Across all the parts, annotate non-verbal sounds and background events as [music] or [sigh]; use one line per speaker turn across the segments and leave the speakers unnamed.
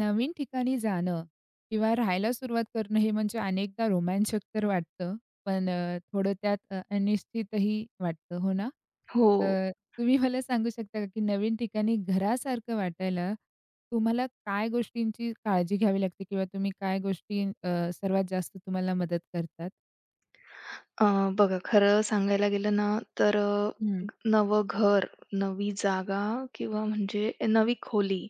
नवीन ठिकाणी जाणं किंवा राहायला सुरुवात करणं हे म्हणजे अनेकदा रोमांचक तर वाटतं, पण थोडं त्यात अनिश्चितही वाटतं, हो ना?
हो.
अ, तुम्ही मला सांगू शकता का, की नवीन ठिकाणी घरासारखं वाटायला तुम्हाला काय गोष्टींची काळजी घ्यावी लागते किंवा तुम्ही काय गोष्टी सर्वात जास्त तुम्हाला मदत करतात?
अ, बघा खरं सांगायला गेलं ना, तर
हं,
नवं घर, नवी जागा किंवा म्हणजे नवी खोली.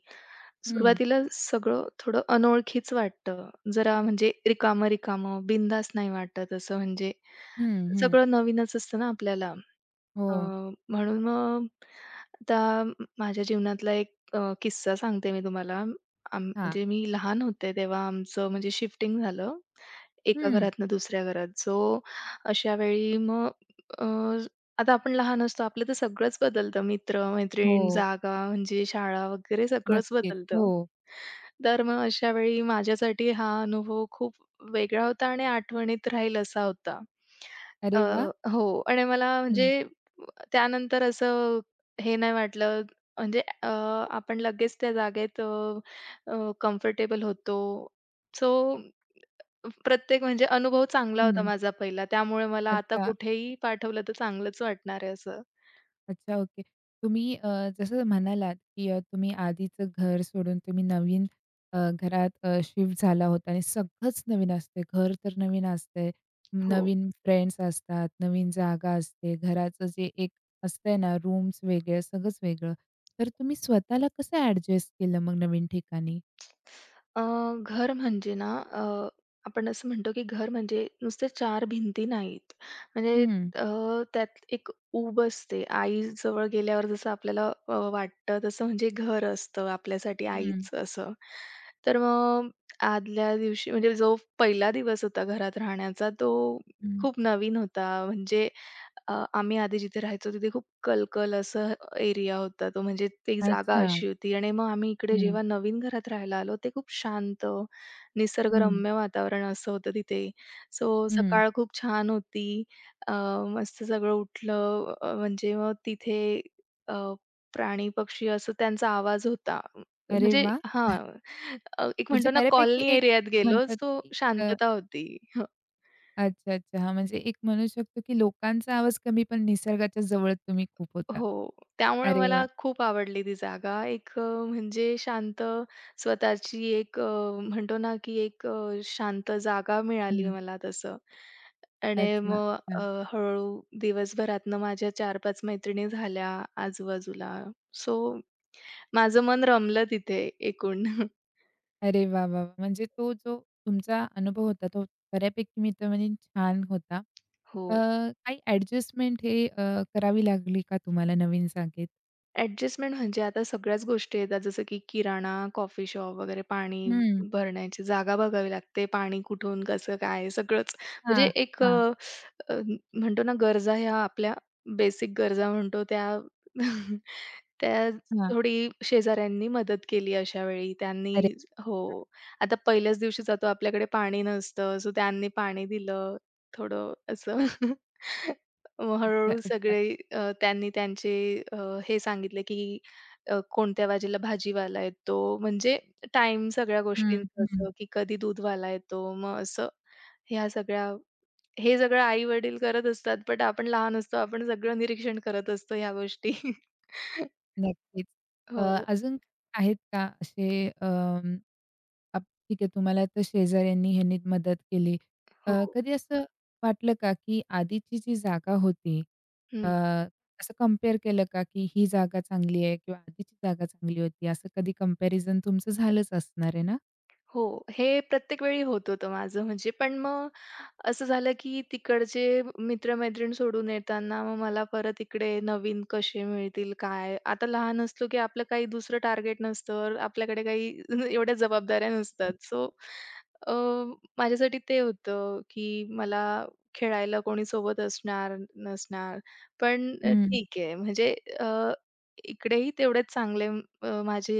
हं,
सुरुवातीला सगळं थोडं अनोळखीच वाटतं. जरा म्हणजे रिकामं-रिकामं, बिंदास नाही वाटत असं म्हणजे.
हं, हं.
सगळं नवीनच असतं ना आपल्याला.
हो.
अ, म्हणून मग आता माझ्या जीवनातला एक किस्सा सांगते मी तुम्हाला.
हां.
म्हणजे मी लहान होते तेव्हा आमचं म्हणजे शिफ्टिंग झालं, एका
हं.
घरातनं दुसऱ्या घरात. सो अशा वेळी मग अ, आता आपण लहान असतो, आपलं तर सगळंच बदलतं.
हो.
मित्र-मैत्रीण, जागा म्हणजे शाळा वगैरे सगळंच
नक्कीच.
बदलतं.
हो.
तर मग अशा वेळी माझ्यासाठी हा अनुभव खूप वेगळा होता आणि आठवणीत राहील असा होता. अ,
अरे वाह!
हो आणि मला
हं,
म्हणजे त्यानंतर असं हे नाही वाटलं म्हणजे आपण लगेच त्या जागेत कम्फर्टेबल होतो. सो प्रत्येक म्हणजे अनुभव चांगला होता
हं.
माझा पहिला. त्यामुळे मला आता
अच्छा.
कुठेही पाठवलं तर चांगलंच वाटणार आहे असं.
अच्छा, ओके. तुम्ही जसं म्हणालात, की तुम्ही आधीचं घर सोडून तुम्ही नवीन घरात शिफ्ट झाला होता आणि सगळंच नवीन असते. घर तर नवीन असते,
हो.
नवीन फ्रेंड्स असतात, नवीन जागा असते, घराचं जे एक असतंय ना, रूम्स वेगळे, सगळंच वेगळं. तर तुम्ही स्वतःला कसं ॲडजस्ट केलं मग नवीन ठिकाणी?
अ, घर म्हणजे ना आपण असं म्हणतो की घर म्हणजे नुसते चार भिंती नाहीत. म्हणजे
हं,
अ, त्यात एक ऊब असते. आई जवळ गेल्यावर जसं आपल्याला वाटतं तसं म्हणजे घर असतं आपल्यासाठी
हं,
आईचं असं. तर मग आदल्या दिवशी म्हणजे जो पहिला दिवस होता घरात राहण्याचा तो
हं.
खूप नवीन होता. म्हणजे आम्ही आधी जिथे राहायचो तिथे खूप कलकल असं एरिया होता तो, म्हणजे ती जागा
अच्छा.
अशी होती आणि मग आम्ही इकडे
हं,
जेव्हा नवीन घरात राहायला आलो, ते खूप शांत,
हं,
निसर्गरम्य वातावरण असं होतं तिथे. सो
हं.
सकाळ खूप छान होती. अ, मस्त सगळं उठलं म्हणजे मग तिथे अ, प्राणी, पक्षी असं त्यांचा आवाज होता.
अरे
म्हणजे
वाह!
हां, एक
म्हणजे
म्हणतो ना
बऱ्यापैकी
कॉलनी
एक
एरियात गेलो,
म्हणतात,
सो
की अ
शांतता होती.
अच्छा, अच्छा. हां, म्हणजे एक म्हणू शकतो, की लोकांचा आवाज कमी, पण निसर्गाच्या जवळ तुम्ही खूप होता.
हो. त्यामुळे
अरे
मला
वाह!
खूप आवडली ती जागा. एक म्हणजे शांत स्वतःची एक म्हणतो ना, की एक शांत जागा मिळाली
हं.
मला तसं. आणि
अच्छा,
मग
अच्छा.
हळूहळू दिवसभरातनं माझ्या 4-5 मैत्रिणी झाल्या आजूबाजूला. सो माझं मन रमलं तिथे एकूण. [laughs]
अरे वाह, वाह, वाह! म्हणजे तो जो तुमचा अनुभव होता, तो बऱ्यापैकी मी तर म्हणेन छान होता.
हो.
अ, काही ॲडजस्टमेंट हे करावी लागली का तुम्हाला नवीन जागेत?
ॲडजस्टमेंट म्हणजे आता सगळ्याच गोष्टी येतात, जसं की किराणा, कॉफी शॉप वगैरे पाणी
हं.
भरण्याची जागा बघावी लागते, पाणी कुठून, कसं, काय सगळंच. म्हणजे
हां,
एक अ,
हां,
अ, म्हणतो ना गरजा ह्या आपल्या बेसिक गरजा म्हणतो त्या [laughs] त्या
हां.
थोडी शेजाऱ्यांनी मदत केली अशा वेळी. त्यांनी
अरे
हो.
वाह!
आता पहिल्याच दिवशी जातो आपल्याकडे पाणी नसतं, सो त्यांनी पाणी दिलं थोडं असं. [laughs] मग
अच्छा,
हळू-हळू
अच्छा.
सगळे त्यांनी त्यांचे अ, हे सांगितले, की कोणत्या भाजीला भाजीवाला येतो. म्हणजे टाईम सगळ्या
हं,
गोष्टींचं
हं.
असं, की कधी दूधवाला येतो. मग असं ह्या सगळ्या हे सगळं आई-वडील करत असतात, बट आपण लहान असतो. आपण सगळं निरीक्षण करत असतो ह्या गोष्टी. [laughs]
नक्कीच. अ,
हो,
अजून आहेत का असे अ आप ठीक आहे, तुम्हाला तर शेजाऱ्यांनी ह्यांनी मदत केली.
हो.
कधी असं वाटलं का, की आधीची जी जागा होती अ,
हं.
असं कंपेअर केलं का, की ही जागा चांगली आहे किंवा आधीची जागा चांगली होती, असं कधी कंपॅरिझन तुमचं झालंच असणार आहे ना?
हो, हे प्रत्येक वेळी होत होतं माझं म्हणजे. पण मग असं झालं की तिकडचे मित्र-मैत्रीण सोडून येताना मग मला परत इकडे नवीन कसे मिळतील, काय? आता लहान असलो की आपलं काही दुसरं टार्गेट नसतं. आपल्याकडे काही [laughs] एवढ्या जबाबदाऱ्या नसतात. सो अ, माझ्यासाठी ते होतं की मला खेळायला कोणी सोबत असणार, नसणार. पण
हं,
ठीक आहे म्हणजे अ, इकडेही तेवढेच चांगले माझे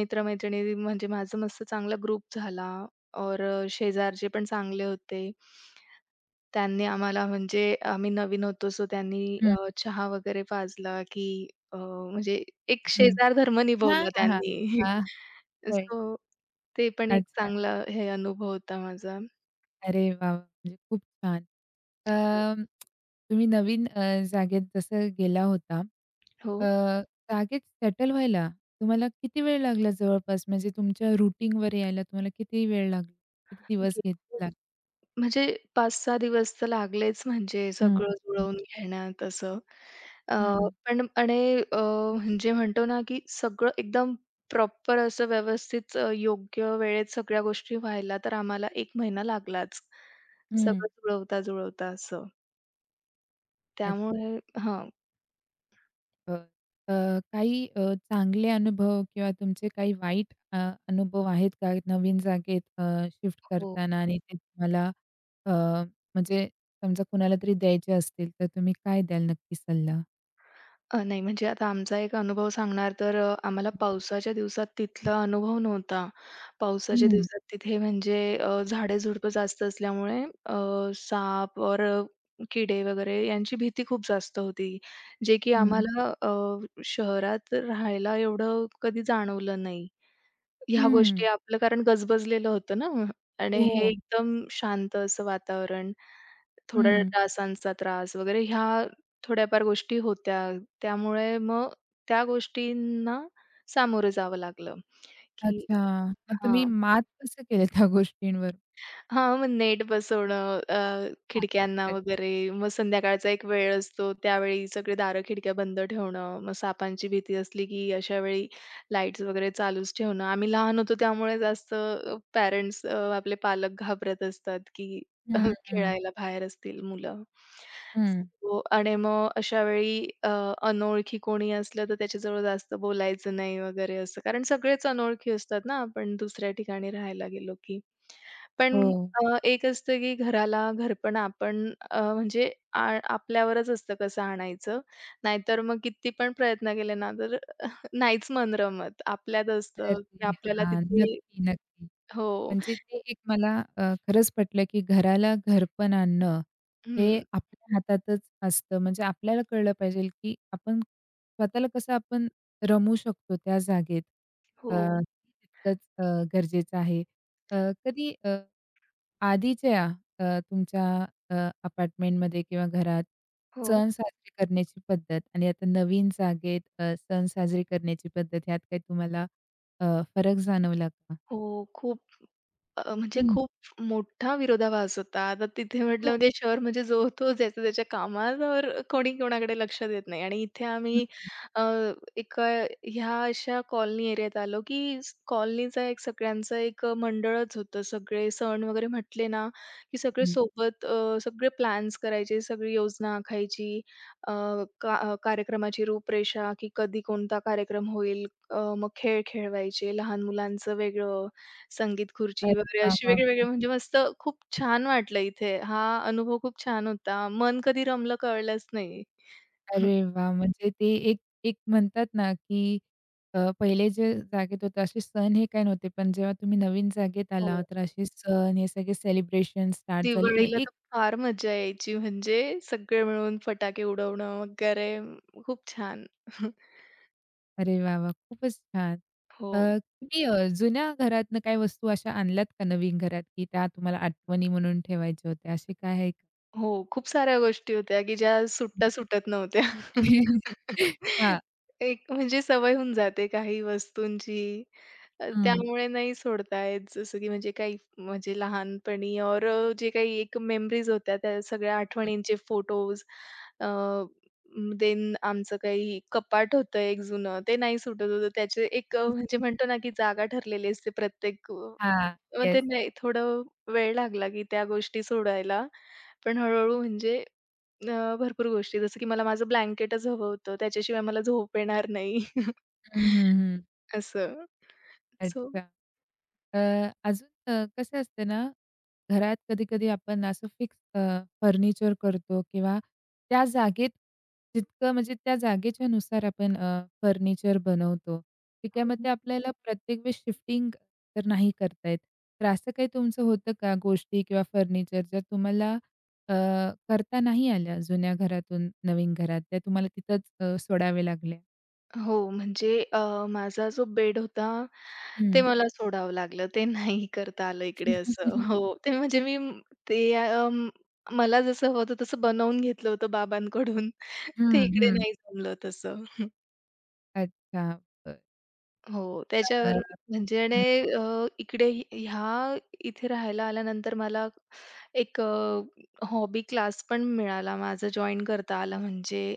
मित्र-मैत्रिणी म्हणजे माझं मस्त चांगला ग्रुप झाला. और शेजारचे पण चांगले होते. त्यांनी आम्हाला म्हणजे आम्ही नवीन होतो सो त्यांनी
हं,
चहा वगैरे पाजला, की म्हणजे एक
हं.
शेजार धर्म
हां,
निभवला
हां, हां.
त्यांनी. [laughs]
हां, होय.
सो ते पण एक
अच्छा.
चांगला हे अनुभव होता माझा.
अरे वाह! म्हणजे खूप छान. अ, तुम्ही नवीन जागेत जसं गेला होता,
हो.
अ, जागेत सेटल व्हायला तुम्हाला किती वेळ लागला जवळपास? म्हणजे तुमच्या रूटीनवर यायला तुम्हाला किती वेळ लागला? किती दिवस घेतला?
म्हणजे 5-6 दिवस तर लागलेच म्हणजे
हं,
सगळं
हं,
जुळवून घेण्यात असं. अ,
हं, हं.
पण आणि अ, म्हणजे म्हणतो ना, की सगळं एकदम प्रॉपर असं व्यवस्थित योग्य वेळेत सगळ्या गोष्टी व्हायला तर आम्हाला 1 महिना लागलाच. सगळं जुळवता-जुळवता असं. त्यामुळे हां.
अ, अ, काही चांगले अनुभव किंवा तुमचे काही वाईट अनुभव आहेत का नवीन जागेत शिफ्ट
हो.
करताना आणि ते तुम्हाला अ, म्हणजे समजा कुणाला तरी द्यायचे असतील, तर तुम्ही काय द्याल नक्की सल्ला?
नाही म्हणजे आता आमचा एक अनुभव सांगणार तर आम्हाला पावसाच्या दिवसात तिथला अनुभव नव्हता. पावसाच्या
हं,
दिवसात तिथे म्हणजे झाडे जास्त असल्यामुळे साप और किडे वगैरे यांची भीती खूप जास्त होती. जे की
हं.
आम्हाला शहरात राहायला एवढं कधी जाणवलं नाही. ह्या गोष्टी
हं.
आपलं कारण गजबजलेलं होतं ना आणि हे हं.
हो.
एकदम शांत असं वातावरण, थोडा
हं.
डासांचा त्रास वगैरे ह्या थोड्याफार गोष्टी होत्या. त्यामुळे मग त्या गोष्टींना सामोरं जावं लागलं, की
अच्छा. मग
हां.
तुम्ही मात कसं केलं त्या गोष्टींवर?
हां, मग नेट बसवणं
हां.
खिडक्यांना वगैरे. मग संध्याकाळचा एक वेळ असतो, त्यावेळी सगळे दारं, खिडक्या बंद ठेवणं. मग सापांची भीती असली की अशा वेळी लाईट्स वगैरे चालूच ठेवणं. आम्ही लहान होतो त्यामुळे जास्त पॅरेंट्स आपले पालक घाबरत असतात की
हं,
[laughs]
हं.
खेळायला बाहेर असतील मुलं.
हं.
हो आणि मग अशा वेळी अनोळखी कोणी असलं तर त्याच्याजवळ जास्त बोलायचं नाही वगैरे असं. कारण सगळेच अनोळखी असतात ना, आपण दुसऱ्या ठिकाणी राहायला गेलो की. पण
हो.
एक असतं की घराला घरपण आपण म्हणजे आपल्यावरच असतं कसं आणायचं. नाहीतर मग किती पण प्रयत्न केले ना, तर नाहीच मन रमत. आपल्यात
अरे
असतं की आपल्याला
हां.
तिथे
नक्की, नक्की.
हो.
म्हणजे ते एक मला खरंच पटलं, की घराला घरपण आणणं हे
हं.
आपल्या हातातच असतं. म्हणजे आपल्याला कळलं पाहिजे, की आपण स्वतःला कसं आपण रमवू शकतो त्या जागेत. अ,
हो.
तितकंच गरजेचं आहे. अ, कधी अ, आधीच्या अ, तुमच्या अ, अपार्टमेंटमध्ये किंवा घरात
हो.
सण साजरे करण्याची पद्धत आणि आता नवीन जागेत सण साजरे करण्याची पद्धत ह्यात काही तुम्हाला अ, फरक जाणवला का?
हो. खूप म्हणजे
हं.
खूप मोठा विरोधाभास होता. आता तिथे म्हटलं
हो.
म्हणजे शहर म्हणजे जो तो ज्याच्या त्याच्या कामावर कोणी कोणाकडे लक्ष देत नाही आणि इथे आम्ही अ, एका ह्या अशा कॉलनी एरियात आलो, की कॉलनीचा एक सगळ्यांचं एक मंडळच होतं. सगळे सण वगैरे म्हटले ना, की सगळे
हं.
सोबत सगळे प्लॅन्स करायचे, सगळी योजना आखायची. अ, कार्यक्रमाची रूपरेषा, की कधी कोणता कार्यक्रम होईल. मग खेळ खेळवायचे, लहान मुलांचं वेगळं, संगीत खुर्ची
अरे
वगैरे
वाह,
अशी
वाह,
वेगळे-वेगळे
वाह!
म्हणजे मस्त खूप छान वाटलं इथे. हा अनुभव खूप छान होता. मन कधी रमलं कळलंच नाही.
अरे वाह! म्हणजे ते एक एक म्हणतात ना, की पहिले जे जागेत होते असे सण हे काही नव्हते. पण जेव्हा तुम्ही नवीन जागेत आला,
हो.
तर असे सण हे सगळे सेलिब्रेशन स्टार्ट झाले आणि
दिवाळीला
एक
तर फार मज्जा यायची म्हणजे सगळे मिळून फटाके उडवणं वगैरे खूप छान. [laughs]
अरे वाह, वाह! खूपच छान.
हो.
तुम्ही जुन्या घरातनं काही वस्तू अशा आणल्यात का नवीन घरात, की त्या तुम्हाला आठवणी म्हणून ठेवायच्या होत्या? असे काय आहे का?
हो, खूप साऱ्या गोष्टी होत्या, की ज्या
हं.
सुट्ट्या सुटत नव्हत्या.
[laughs] हां.
[laughs] एक म्हणजे सवय होऊन जाते काही वस्तूंची.
हं.
त्यामुळे नाही सोडता येत. जसं की म्हणजे काही म्हणजे लहानपणी और जे काही एक मेमरीज होत्या, त्या सगळ्या आठवणींचे फोटोज देन आमचं काही कपाट होतं एक जुनं, ते नाही सुटत होतं. त्याचे एक म्हणजे म्हणतो ना, की जागा ठरलेली असते प्रत्येक मग
हां.
ते
येस.
नाही थोडं वेळ लागला, की त्या गोष्टी सोडायला. पण हळू-हळू म्हणजे अ, भरपूर गोष्टी जसं की मला माझं ब्लँकेटच हवं होतं. त्याच्याशिवाय मला झोप येणार नाही [laughs]
हं, हं, हं.
असं. सो
अच्छा. अजून कसं असतं ना, घरात कधी-कधी आपण असं फिक्स फर्निचर करतो किंवा त्या जागेत जितकं म्हणजे त्या जागेच्या नुसार आपण फर्निचर बनवतो. ठीक आहे,
हो.
मग ते आपल्याला प्रत्येक वेळेस शिफ्टिंग तर नाही करता येत. तर असं काही तुमचं होतं का गोष्टी किंवा फर्निचर ज्या तुम्हाला अ, करता नाही आल्या जुन्या घरातून नवीन घरात, त्या तुम्हाला तिथंच सोडाव्या लागल्या?
हो, म्हणजे माझा जो बेड होता, ते
हं.
हं. मला सोडावं लागलं. ते नाही करता आलं इकडे असं. हो, ते म्हणजे मी ते मला जसं हवं होतं तसं बनवून घेतलं होतं बाबांकडून. ते
हं,
इकडे
हं.
नाही
[laughs]
जमलं तसं.
अच्छा.
हो,
हां.
त्याच्यावर म्हणजे
हं,
आणि इकडे ह्या इथे राहायला आल्यानंतर मला एक हॉबी क्लास पण मिळाला माझा जॉइन करता आला म्हणजे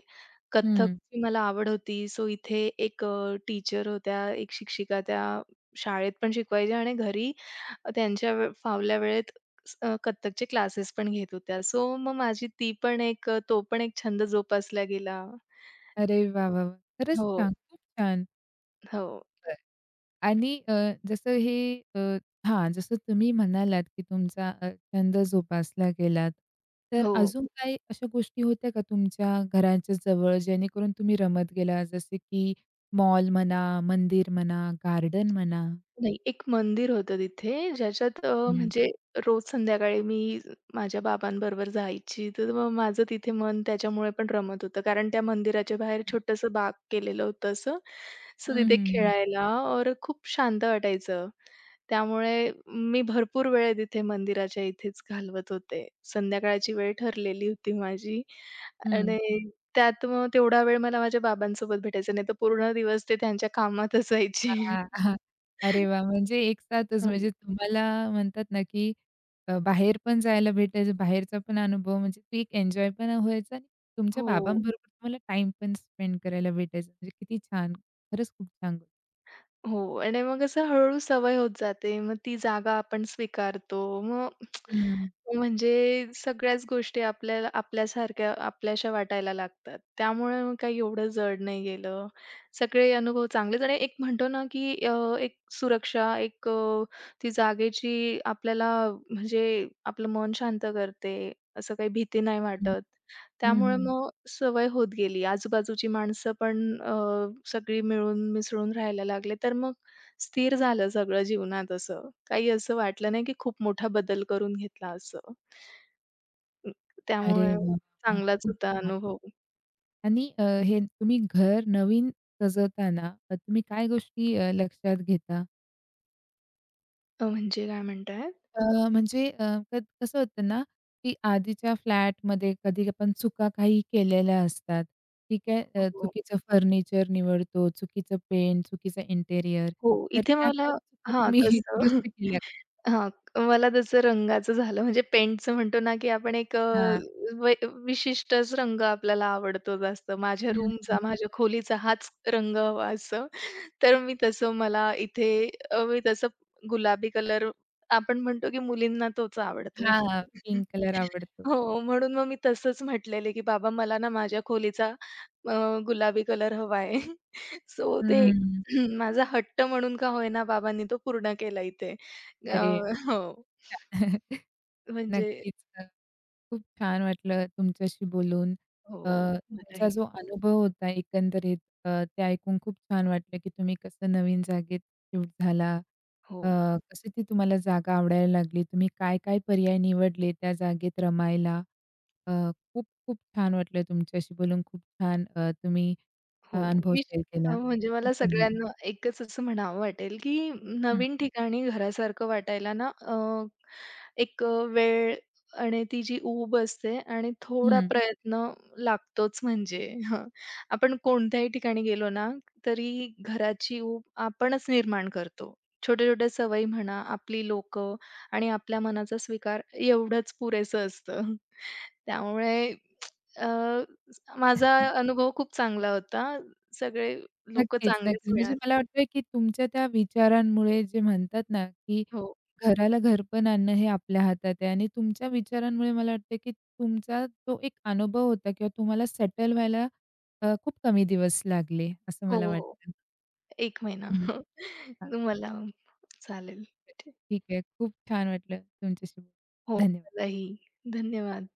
हं.
कथ्थकची मला आवड होती. सो इथे एक टीचर होत्या, एक शिक्षिका त्या शाळेत पण शिकवायच्या आणि घरी त्यांच्या फावल्या वेळेत कथ्थकचे क्लासेस पण घेत होत्या. सो मग माझी ती पण एक तो पण एक छंद जोपासला गेला.
अरे वाह, वाह, वाह! खरंच
हो,
छान, खूप छान.
हो,
बरं. आणि जसं हे अ, हां, जसं तुम्ही म्हणालात, की तुमचा छंद जोपासला गेलात. तर
हो.
अजून काही अशा गोष्टी होत्या का तुमच्या घराच्या जवळ जेणेकरून तुम्ही रमत गेला? जसे की मॉल म्हणा, मंदिर म्हणा, गार्डन म्हणा?
नाही, एक मंदिर होतं तिथे ज्याच्यात
हं, हं,
म्हणजे रोज संध्याकाळी मी माझ्या बाबांबरोबर जायची. तर मग माझं तिथे मन त्याच्यामुळे पण रमत होतं. कारण त्या मंदिराच्या बाहेर छोटंसं बाग केलेलं होतं असं. सो
हं,
तिथे
हं,
खेळायला और खूप शांत वाटायचं. त्यामुळे मी भरपूर वेळ तिथे मंदिराच्या इथेच घालवत होते. संध्याकाळची वेळ ठरलेली होती माझी
हं.
आणि त्यात मग तेवढा वेळ मला माझ्या बाबांसोबत भेटायचा नाही तर पूर्ण दिवस ते त्यांच्या कामातच जायचे.
हां, हां. अरे वाह!
[laughs]
म्हणजे एक साथच म्हणजे तुम्हाला म्हणतात ना, की बाहेर पण जायला भेटायचं, बाहेरचा पण अनुभव म्हणजे तो एक एन्जॉय पण व्हायचा आणि तुमच्या
हो,
बाबांबरोबर तुम्हाला टाईम पण स्पेंड करायला भेटायचा. म्हणजे किती छान. खरंच खूप छान. गोष्ट.
हो. आणि मग असं हळू सवय होत जाते. मग ती जागा आपण स्वीकारतो. मग
हं, हं.
म्हणजे सगळ्याच गोष्टी आपल्याला आपल्यासारख्या आपल्याशा वाटायला लागतात. त्यामुळे मग काही एवढं जड नाही गेलं. सगळे अनुभव चांगलेच आणि एक म्हणतो ना, की एक सुरक्षा, एक ती जागेची आपल्याला म्हणजे आपलं मन शांत करते. असं काही भीती नाही वाटत.
हं,
त्यामुळे
हं.
मग सवय होत गेली. आजूबाजूची माणसं पण सगळी मिळून मिसळून राहायला लागले. तर मग स्थिर झालं सगळं जीवनात असं. काही असं वाटलं नाही, की खूप मोठा बदल करून घेतला असं. अ,
अरे
त्यामुळे
वाह! वाह!
चांगलाच
खूप
होता
छान.
अनुभव.
आणि हे तुम्ही घर नवीन सजवताना तुम्ही काय गोष्टी लक्षात घेता?
म्हणजे काय म्हणताय?
अ, म्हणजे अ, क कसं होतं ना, की आधीच्या फ्लॅटमध्ये कधी आपण चुका काही केलेल्या असतात. ठीक आहे.
हो.
चुकीचं फर्निचर निवडतो, चुकीचं पेंट, चुकीचं इंटेरियर.
हो,
तर
इथे
त्या
मला
काही चुका
हां,
तुम्ही [laughs]
तसं.
दुरुस्त केल्या का?
हां, [laughs] मला तसं रंगाचं झालं म्हणजे पेंटचं म्हणतो ना, की आपण एक अ,
हां.
वै विशिष्टच रंग आपल्याला आवडतो जास्त. माझ्या
हं, हं.
रूमचा, माझ्या खोलीचा हाच रंग हवा असं. तर मी तसं मला इथे मी तसं गुलाबी कलर आपण म्हणतो की मुलींना तोच आवडतो.
हां,
[laughs]
पिंक कलर आवडतो.
हो, म्हणून मग मी तसंच म्हटलेले की "बाबा मला ना माझ्या खोलीचा अ, गुलाबी कलर हवा आहे." [laughs] सो ते एक
हं,
[clears throat] माझा हट्ट म्हणून का होईना बाबांनी तो पूर्ण केला इथे. अ,
अरे!
हो,
[laughs] खूप
म्हणजे
नक्कीच. खूप छान वाटलं तुमच्याशी बोलून.
हो,
अ, तुमचा
मलाही.
जो अनुभव होता एकंदरीत ते ऐकून खूप छान वाटलं, की तुम्ही कसं नवीन जागेत शिफ्ट झाला.
हो.
अ, कशी ती तुम्हाला जागा आवडायला लागली. तुम्ही काय-काय पर्याय निवडले त्या जागेत रमायला. अ, खूप खूप छान वाटलं तुमच्याशी बोलून. खूप छान तुम्ही
हो.
अनुभव
मी
शेअर केला.
म्हणजे
खूप
मला
धन्यवाद.
सगळ्यांना एकच असं म्हणावं वाटेल, की
हं,
नवीन ठिकाणी घरासारखं वाटायला ना एक वेळ आणि ती जी ऊब असते आणि थोडा
हं.
प्रयत्न लागतोच म्हणजे हं. आपण कोणत्याही ठिकाणी गेलो ना, तरी घराची ऊब आपणच निर्माण करतो. छोट्या-छोट्या सवयी म्हणा, आपली लोकं आणि आपल्या मनाचा स्वीकार एवढंच पुरेसं असतं. [laughs] त्यामुळे अ, माझा अनुभव खूप चांगला होता. सगळे लोकं
नक्कीच,
चांगलेच
नक्कीच. म्हणजे
मिळाले.
मला वाटतंय, की तुमच्या त्या विचारांमुळे जे म्हणतात ना, की
हो,
घराला घर पण आणणं हे आपल्या हातात आहे आणि तुमच्या विचारांमुळे मला वाटतं, की तुमचा तो एक अनुभव होता किंवा तुम्हाला सेटल व्हायला खूप कमी दिवस लागले असं
हो,
मला
हो.
वाटतं.
1 महिना.
हं.
[laughs]
हां,
तुम्हाला चालेल.
ठीक आहे. खूप छान वाटलं तुमच्याशी बोलून.
हो,
धन्यवाद.
मलाही. धन्यवाद.